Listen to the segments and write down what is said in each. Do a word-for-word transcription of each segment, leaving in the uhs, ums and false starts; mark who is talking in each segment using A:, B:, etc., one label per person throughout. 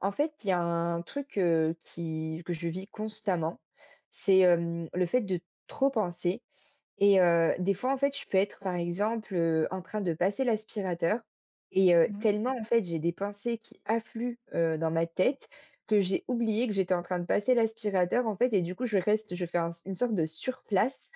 A: En fait, il y a un truc, heu, qui que je vis constamment, c'est, hem, le fait de trop penser. Et heu, des fois, en fait, je peux être, par exemple, heu, en train de passer l'aspirateur et heu,
B: Mmh mh.
A: tellement, en fait, j'ai des pensées qui affluent, heu, dans ma tête que j'ai oublié que j'étais en train de passer l'aspirateur, en fait. Et du coup, je reste je fais un une sorte de surplace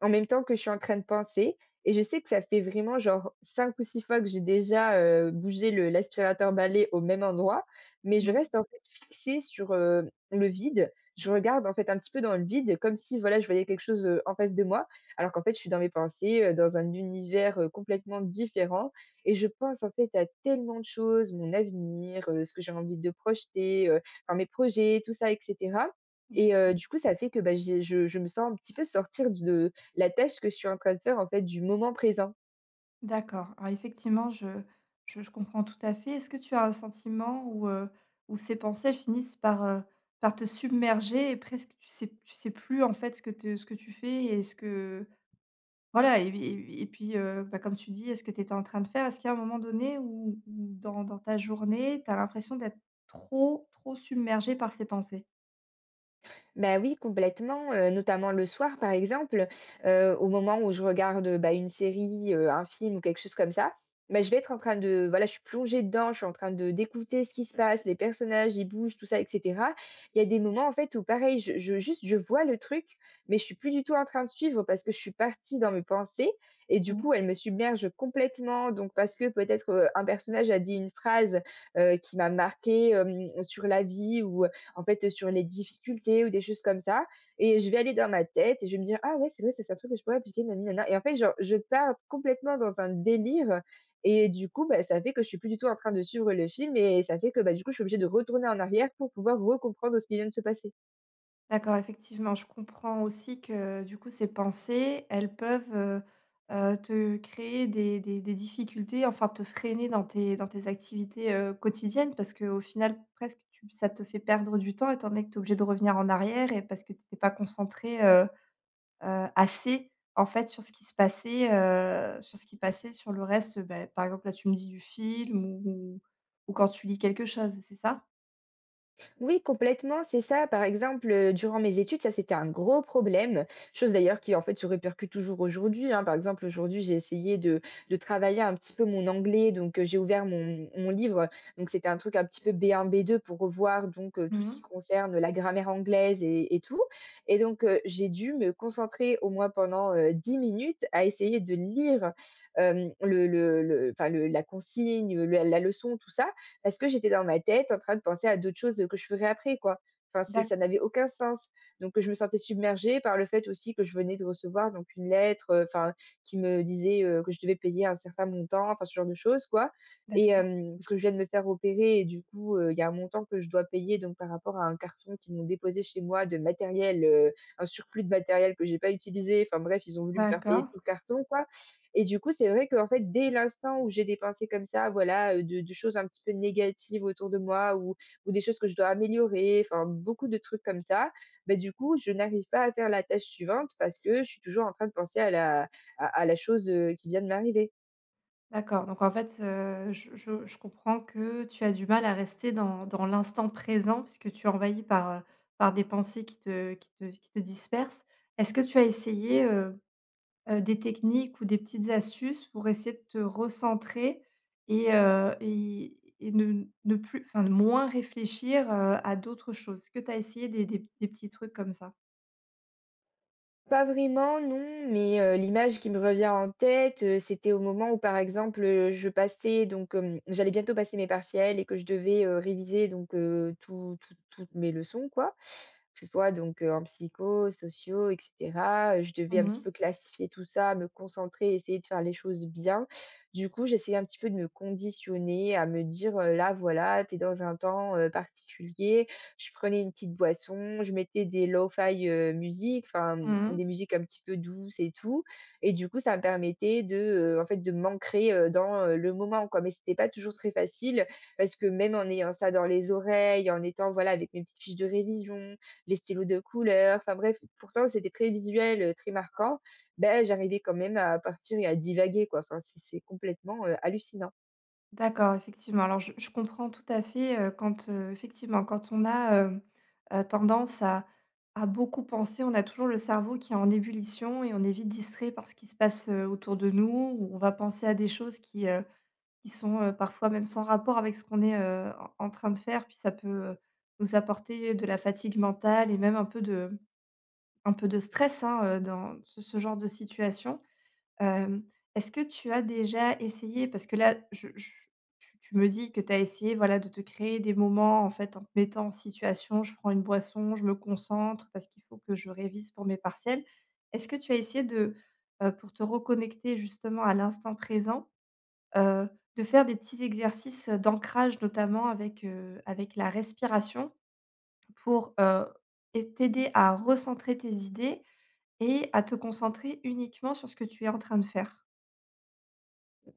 A: en même temps que je suis en train de penser, et je sais que ça fait vraiment genre cinq ou six fois que j'ai déjà, heu, bougé le l'aspirateur-balai au même endroit, mais je reste en fait fixée sur, heu, le vide. Je regarde en fait un petit peu dans le vide comme si, voilà, je voyais quelque chose, heu, en face de moi, alors qu'en fait je suis dans mes pensées, heu, dans un univers, heu, complètement différent, et je pense en fait à tellement de choses: mon avenir, heu, ce que j'ai envie de projeter, heu, enfin mes projets, tout ça et cetera.
B: Mmh.
A: Et heu, du coup ça fait que, bah, j'ai je je me sens un petit peu sortir de la tâche que je suis en train de faire, en fait, du moment présent.
B: D'accord. Alors effectivement, je je je comprends tout à fait. Est-ce que tu as un sentiment où, heu, où ces pensées, elles finissent par, heu, par te submerger et presque tu sais tu sais plus en fait ce que te ce que tu fais et ce que voilà et et et puis, heu, bah, comme tu dis, est ce que tu étais en train de faire? Est-ce qu'il y a un moment donné où où dans dans ta journée, tu as l'impression d'être trop, trop submergé par ces pensées?
A: Bah oui, complètement, heu, notamment le soir, par exemple, heu, au moment où je regarde, bah, une série, heu, un film ou quelque chose comme ça, bah, je vais être en train de, voilà, je suis plongée dedans, je suis en train de d'écouter ce qui se passe, les personnages, ils bougent, tout ça et cetera. Il y a des moments, en fait, où pareil, je je juste, je vois le truc, mais je suis plus du tout en train de suivre parce que je suis partie dans mes pensées et du
B: Mmh.
A: coup, elles me submergent complètement. Donc parce que peut-être, heu, un personnage a dit une phrase, heu, qui m'a marquée, hem, sur la vie ou, en fait, euh, sur les difficultés ou des choses comme ça, et je vais aller dans ma tête et je vais me dire: «Ah ouais, c'est vrai, ça c'est un truc que je pourrais appliquer, na». Et en fait, genre, je pars complètement dans un délire, et du coup, bah, ça fait que je suis plus du tout en train de suivre le film, et ça fait que, bah, du coup, je suis obligée de retourner en arrière pour pouvoir recomprendre ce qui vient de se passer.
B: D'accord, effectivement, je comprends aussi que du coup ces pensées, elles peuvent, heu heu, te créer des des des difficultés, enfin te freiner dans tes dans tes activités, heu, quotidiennes parce qu'au final presque tu ça te fait perdre du temps étant donné que tu es obligé de revenir en arrière et parce que tu étais pas concentré, euh, heu, assez, en fait, sur ce qui se passait, heu, sur ce qui passait, sur le reste, bah, par exemple, là, tu me dis du film ou ou ou quand tu lis quelque chose, c'est ça?
A: Oui, complètement, c'est ça. Par exemple, heu, durant mes études, ça, c'était un gros problème, chose d'ailleurs qui, en fait, se répercute toujours aujourd'hui, hein. Par exemple, aujourd'hui, j'ai essayé de de travailler un petit peu mon anglais, donc heu, j'ai ouvert mon mon livre, donc c'était un truc un petit peu B un, B deux pour revoir donc heu, tout ce qui
B: Mmh.
A: concerne la grammaire anglaise et et tout, et donc heu, j'ai dû me concentrer au moins pendant, heu, dix minutes à essayer de lire, hem, le le le enfin, le la consigne, heu, la leçon, tout ça, parce que j'étais dans ma tête en train de penser à d'autres choses que je ferais après, quoi. Enfin, c'est
B: D'ac
A: ça n'avait aucun sens. Donc, je me sentais submergée par le fait aussi que je venais de recevoir donc une lettre, euh, enfin, qui me disait euh, que je devais payer un certain montant, enfin, ce genre de choses, quoi.
B: d'ac
A: Et euh, parce que je viens de me faire opérer, et du coup, euh, il y a un montant que je dois payer donc par rapport à un carton qu'ils m'ont déposé chez moi de matériel, euh, un surplus de matériel que j'ai pas utilisé. Enfin bref, ils ont voulu me faire payer
B: d'accord.
A: tout le carton, quoi. Et du coup, c'est vrai qu'en fait, dès l'instant où j'ai des pensées comme ça, voilà, heu, de de choses un petit peu négatives autour de moi, ou ou des choses que je dois améliorer, enfin, beaucoup de trucs comme ça, bah, du coup, je n'arrive pas à faire la tâche suivante parce que je suis toujours en train de penser à la à à la chose, heu, qui vient de m'arriver.
B: D'accord, donc en fait, heu, je je je comprends que tu as du mal à rester dans dans l'instant présent puisque tu es envahi par, heu, par des pensées qui te qui te qui te dispersent. Est-ce que tu as essayé, heu heu, des techniques ou des petites astuces pour essayer de te recentrer et heu et et ne ne plus enfin, de moins réfléchir, heu, à d'autres choses? Est-ce que tu as essayé des des des petits trucs comme ça?
A: Pas vraiment, non, mais heu, l'image qui me revient en tête, heu, c'était au moment où, par exemple, heu, je passais donc, hem, j'allais bientôt passer mes partiels et que je devais, heu, réviser donc heu, tout tout toutes mes leçons, quoi, que ce soit donc heu, en psycho, sociaux et cetera. Heu, je devais un
B: Mmh
A: petit
B: mh.
A: peu classifier tout ça, me concentrer, essayer de faire les choses bien. Du coup, j'essayais un petit peu de me conditionner, à me dire, heu: «Là, voilà, tu es dans un temps, heu, particulier». Je prenais une petite boisson, je mettais des lo-fi, heu, musiques, enfin, mmh,
B: Mmh.
A: des musiques un petit peu douces et tout, et du coup, ça me permettait de, heu, en fait, de m'ancrer, heu, dans, heu, le moment, quoi, mais c'était pas toujours très facile parce que même en ayant ça dans les oreilles, en étant, voilà, avec mes petites fiches de révision, les stylos de couleur, enfin bref, pourtant c'était très visuel, heu, très marquant. Ben j'arrivais quand même à partir et à divaguer, quoi, enfin c'est c'est complètement, heu, hallucinant.
B: D'accord, effectivement. Alors je je comprends tout à fait, heu, quand, heu, effectivement, quand on a, hem, heu, tendance à à beaucoup penser, on a toujours le cerveau qui est en ébullition et on est vite distrait par ce qui se passe, heu, autour de nous ou on va penser à des choses qui, heu, qui sont, heu, parfois même sans rapport avec ce qu'on est, heu, en en train de faire. Puis ça peut, heu, nous apporter de la fatigue mentale et même un peu de un peu de stress, hein, heu, dans ce ce genre de situation. Hem, est-ce que tu as déjà essayé parce que là, je je tu tu me dis que tu as essayé, voilà, de te créer des moments, en fait, en te mettant en situation: «Je prends une boisson, je me concentre parce qu'il faut que je révise pour mes partiels». Est-ce que tu as essayé de, heu, pour te reconnecter justement à l'instant présent, heu, de faire des petits exercices, d'ancrage notamment avec, heu, avec la respiration pour, heu et t'aider à recentrer tes idées et à te concentrer uniquement sur ce que tu es en train de faire?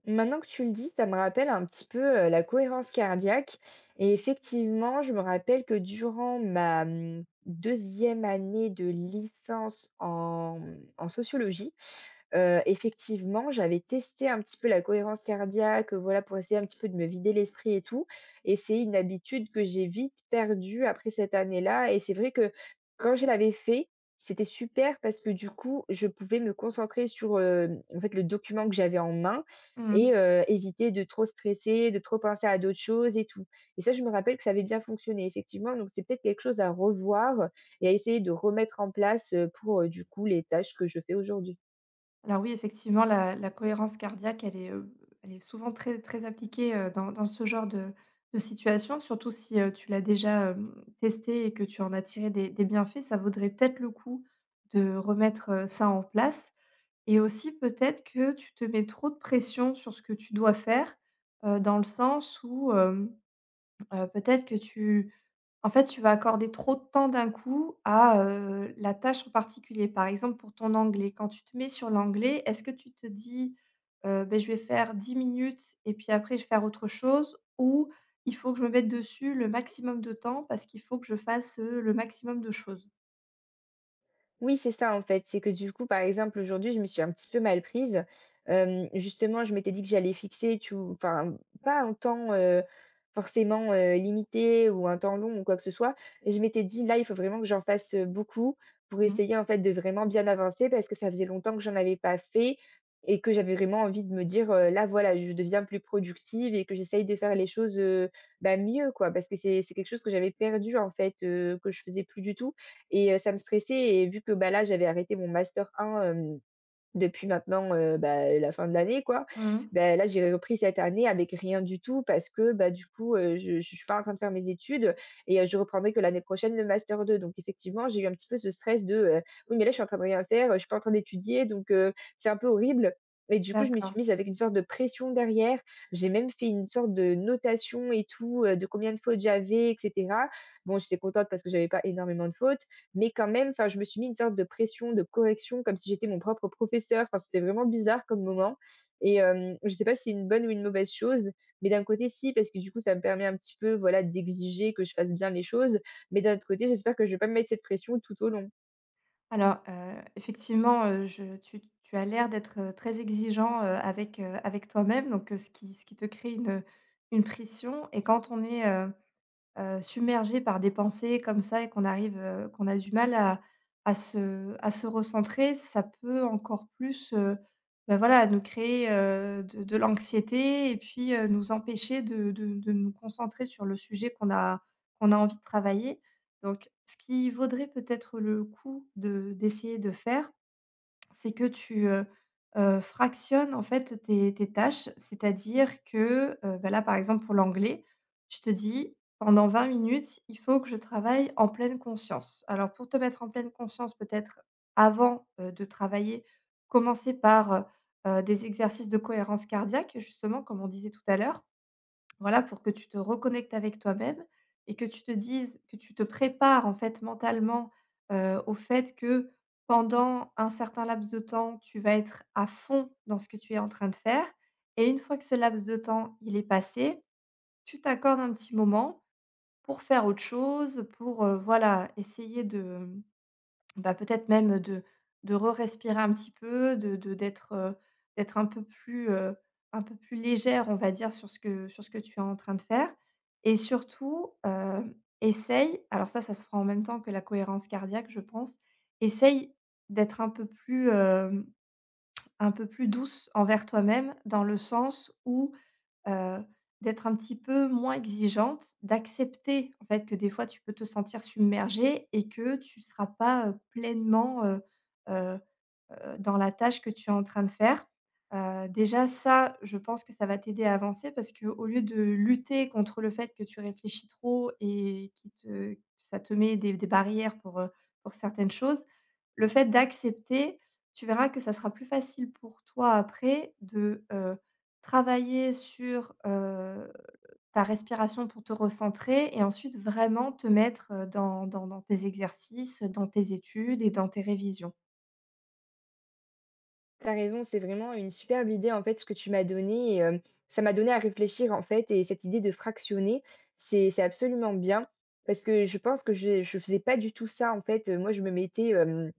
A: Maintenant que tu le dis, ça me rappelle un petit peu, heu, la cohérence cardiaque. Et effectivement, je me rappelle que durant ma, mmh, deuxième année de licence en, mmh, en sociologie. Heu, effectivement, j'avais testé un petit peu la cohérence cardiaque, heu, voilà, pour essayer un petit peu de me vider l'esprit et tout, et c'est une habitude que j'ai vite perdue après cette année-là, et c'est vrai que quand je l'avais fait, c'était super parce que du coup, je pouvais me concentrer sur, hem, en fait, le document que j'avais en main, et
B: Mmh.
A: heu, éviter de trop stresser, de trop penser à d'autres choses et tout, et ça, je me rappelle que ça avait bien fonctionné effectivement. Donc c'est peut-être quelque chose à revoir et à essayer de remettre en place, heu, pour, heu, du coup, les tâches que je fais aujourd'hui.
B: Alors oui, effectivement, la la cohérence cardiaque, elle est, heu, elle est souvent très très appliquée, heu, dans dans ce genre de de situation, surtout si, heu, tu l'as déjà, hem, testée et que tu en as tiré des des bienfaits. Ça vaudrait peut-être le coup de remettre, heu, ça en place, et aussi peut-être que tu te mets trop de pression sur ce que tu dois faire, heu, dans le sens où, hem, heu, peut-être que tu en fait, tu vas accorder trop de temps d'un coup à, heu, la tâche en particulier. Par exemple, pour ton anglais, quand tu te mets sur l'anglais, est-ce que tu te dis: «Heu, beh, je vais faire dix minutes et puis après je vais faire autre chose» ou «Il faut que je me mette dessus le maximum de temps parce qu'il faut que je fasse, heu, le maximum de choses»?
A: Oui, c'est ça en fait. C'est que du coup, par exemple, aujourd'hui, je me suis un petit peu mal prise. Hem, justement, je m'étais dit que j'allais fixer, tu enfin, pas un temps, heu, forcément, heu, limité ou un temps long ou quoi que ce soit. Et je m'étais dit: «Là, il faut vraiment que j'en fasse, heu, beaucoup pour
B: Mmh.
A: essayer en fait de vraiment bien avancer», parce que ça faisait longtemps que j'en avais pas fait, et que j'avais vraiment envie de me dire, heu: «Là, voilà, je deviens plus productive et que j'essaye de faire les choses, heu, bah, mieux quoi». Parce que c'est c'est quelque chose que j'avais perdu en fait, heu, que je faisais plus du tout, et heu, ça me stressait, et vu que, bah, là, j'avais arrêté mon master un, hem, depuis maintenant, heu, bah, la fin de l'année, quoi.
B: Mmh
A: Bah, là, j'ai repris cette année avec rien du tout parce que, bah, du coup, heu, je je suis pas en train de faire mes études, et heu, je reprendrai que l'année prochaine le master deux. Donc effectivement, j'ai eu un petit peu ce stress de, heu: «Oui, mais là, je suis en train de rien faire, heu, je suis pas en train d'étudier donc heu, c'est un peu horrible», et du coup, je m'y
B: d'accord.
A: suis mise avec une sorte de pression derrière. J'ai même fait une sorte de notation et tout, heu, de combien de fautes j'avais et cetera. Bon, j'étais contente parce que j'avais pas énormément de fautes, mais quand même, enfin, je me suis mis une sorte de pression, de correction, comme si j'étais mon propre professeur. Enfin, c'était vraiment bizarre comme moment. Et hem, je ne sais pas si c'est une bonne ou une mauvaise chose, mais d'un côté, si, parce que du coup, ça me permet un petit peu, voilà, d'exiger que je fasse bien les choses, mais d'un autre côté, j'espère que je ne vais pas me mettre cette pression tout au long.
B: Alors, heu, effectivement, heu, je tu tu as l'air d'être, heu, très exigeant, heu, avec, heu, avec toi-même, donc, heu, ce qui ce qui te crée une, une pression, et quand on est, heu, submergé par des pensées comme ça et qu'on arrive, heu, qu'on a du mal à à se à se recentrer, ça peut encore plus, heu, bah, voilà, nous créer, heu, de de l'anxiété et puis, heu, nous empêcher de de de nous concentrer sur le sujet qu'on a qu'on a envie de travailler. Donc ce qui vaudrait peut-être le coup de d'essayer de faire, c'est que tu, heu heu, fractionnes en fait tes tes tâches. C'est-à-dire que, heu, bah, là, par exemple, pour l'anglais, tu te dis: «Pendant vingt minutes, il faut que je travaille en pleine conscience». Alors pour te mettre en pleine conscience, peut-être avant, heu, de travailler, commencer par, heu heu, des exercices de cohérence cardiaque, justement, comme on disait tout à l'heure. Voilà, pour que tu te reconnectes avec toi-même et que tu te dises que tu te prépares en fait mentalement, heu, au fait que pendant un certain laps de temps, tu vas être à fond dans ce que tu es en train de faire, et une fois que ce laps de temps, il est passé, tu t'accordes un petit moment pour faire autre chose, pour, heu, voilà, essayer de, bah, peut-être même de de re-respirer un petit peu, de de d'être, heu, d'être un peu plus, heu, un peu plus légère, on va dire, sur ce que sur ce que tu es en train de faire, et surtout, hem, essaye, alors ça, ça se fera en même temps que la cohérence cardiaque, je pense. Essaye d'être un peu plus, hem, un peu plus douce envers toi-même, dans le sens où, Heu, d'être un petit peu moins exigeante, d'accepter, en fait, que des fois tu peux te sentir submergée et que tu ne seras pas, heu, pleinement, heu heu heu, dans la tâche que tu es en train de faire. Heu, déjà ça, je pense que ça va t'aider à avancer, parce que au lieu de lutter contre le fait que tu réfléchis trop et qui te ça te met des des barrières pour, heu, pour certaines choses, le fait d'accepter, tu verras que ça sera plus facile pour toi après de, heu, travailler sur, heu, ta respiration pour te recentrer et ensuite vraiment te mettre, heu, dans dans dans tes exercices, dans tes études et dans tes révisions.
A: T'as raison, c'est vraiment une superbe idée en fait ce que tu m'as donné, et hem, ça m'a donné à réfléchir en fait, et cette idée de fractionner, c'est c'est absolument bien parce que je pense que je je faisais pas du tout ça en fait, heu, moi je me mettais, hem,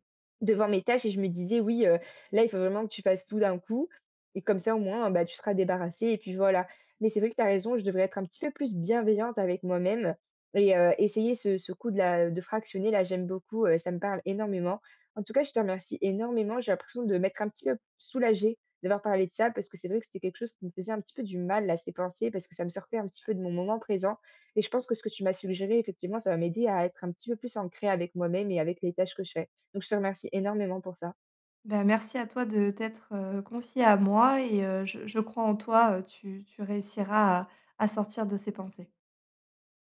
A: devant mes tâches et je me disais: «Oui, heu, là il faut vraiment que tu fasses tout d'un coup et comme ça au moins, bah, tu seras débarrassé et puis voilà». Mais c'est vrai que t'as raison, je devrais être un petit peu plus bienveillante avec moi-même, et heu, essayer ce ce coup de la de fractionner là, j'aime beaucoup, heu, ça me parle énormément. En tout cas, je te remercie énormément. J'ai l'impression de m'être un petit peu soulagée d'avoir parlé de ça parce que c'est vrai que c'était quelque chose qui me faisait un petit peu du mal, là, ces pensées, parce que ça me sortait un petit peu de mon moment présent. Et je pense que ce que tu m'as suggéré, effectivement, ça va m'aider à être un petit peu plus ancrée avec moi-même et avec les tâches que je fais. Donc, je te remercie énormément pour ça.
B: Ben merci à toi de t'être, heu, confiée à moi, et heu, je je crois en toi, heu, tu tu réussiras à à sortir de ces pensées.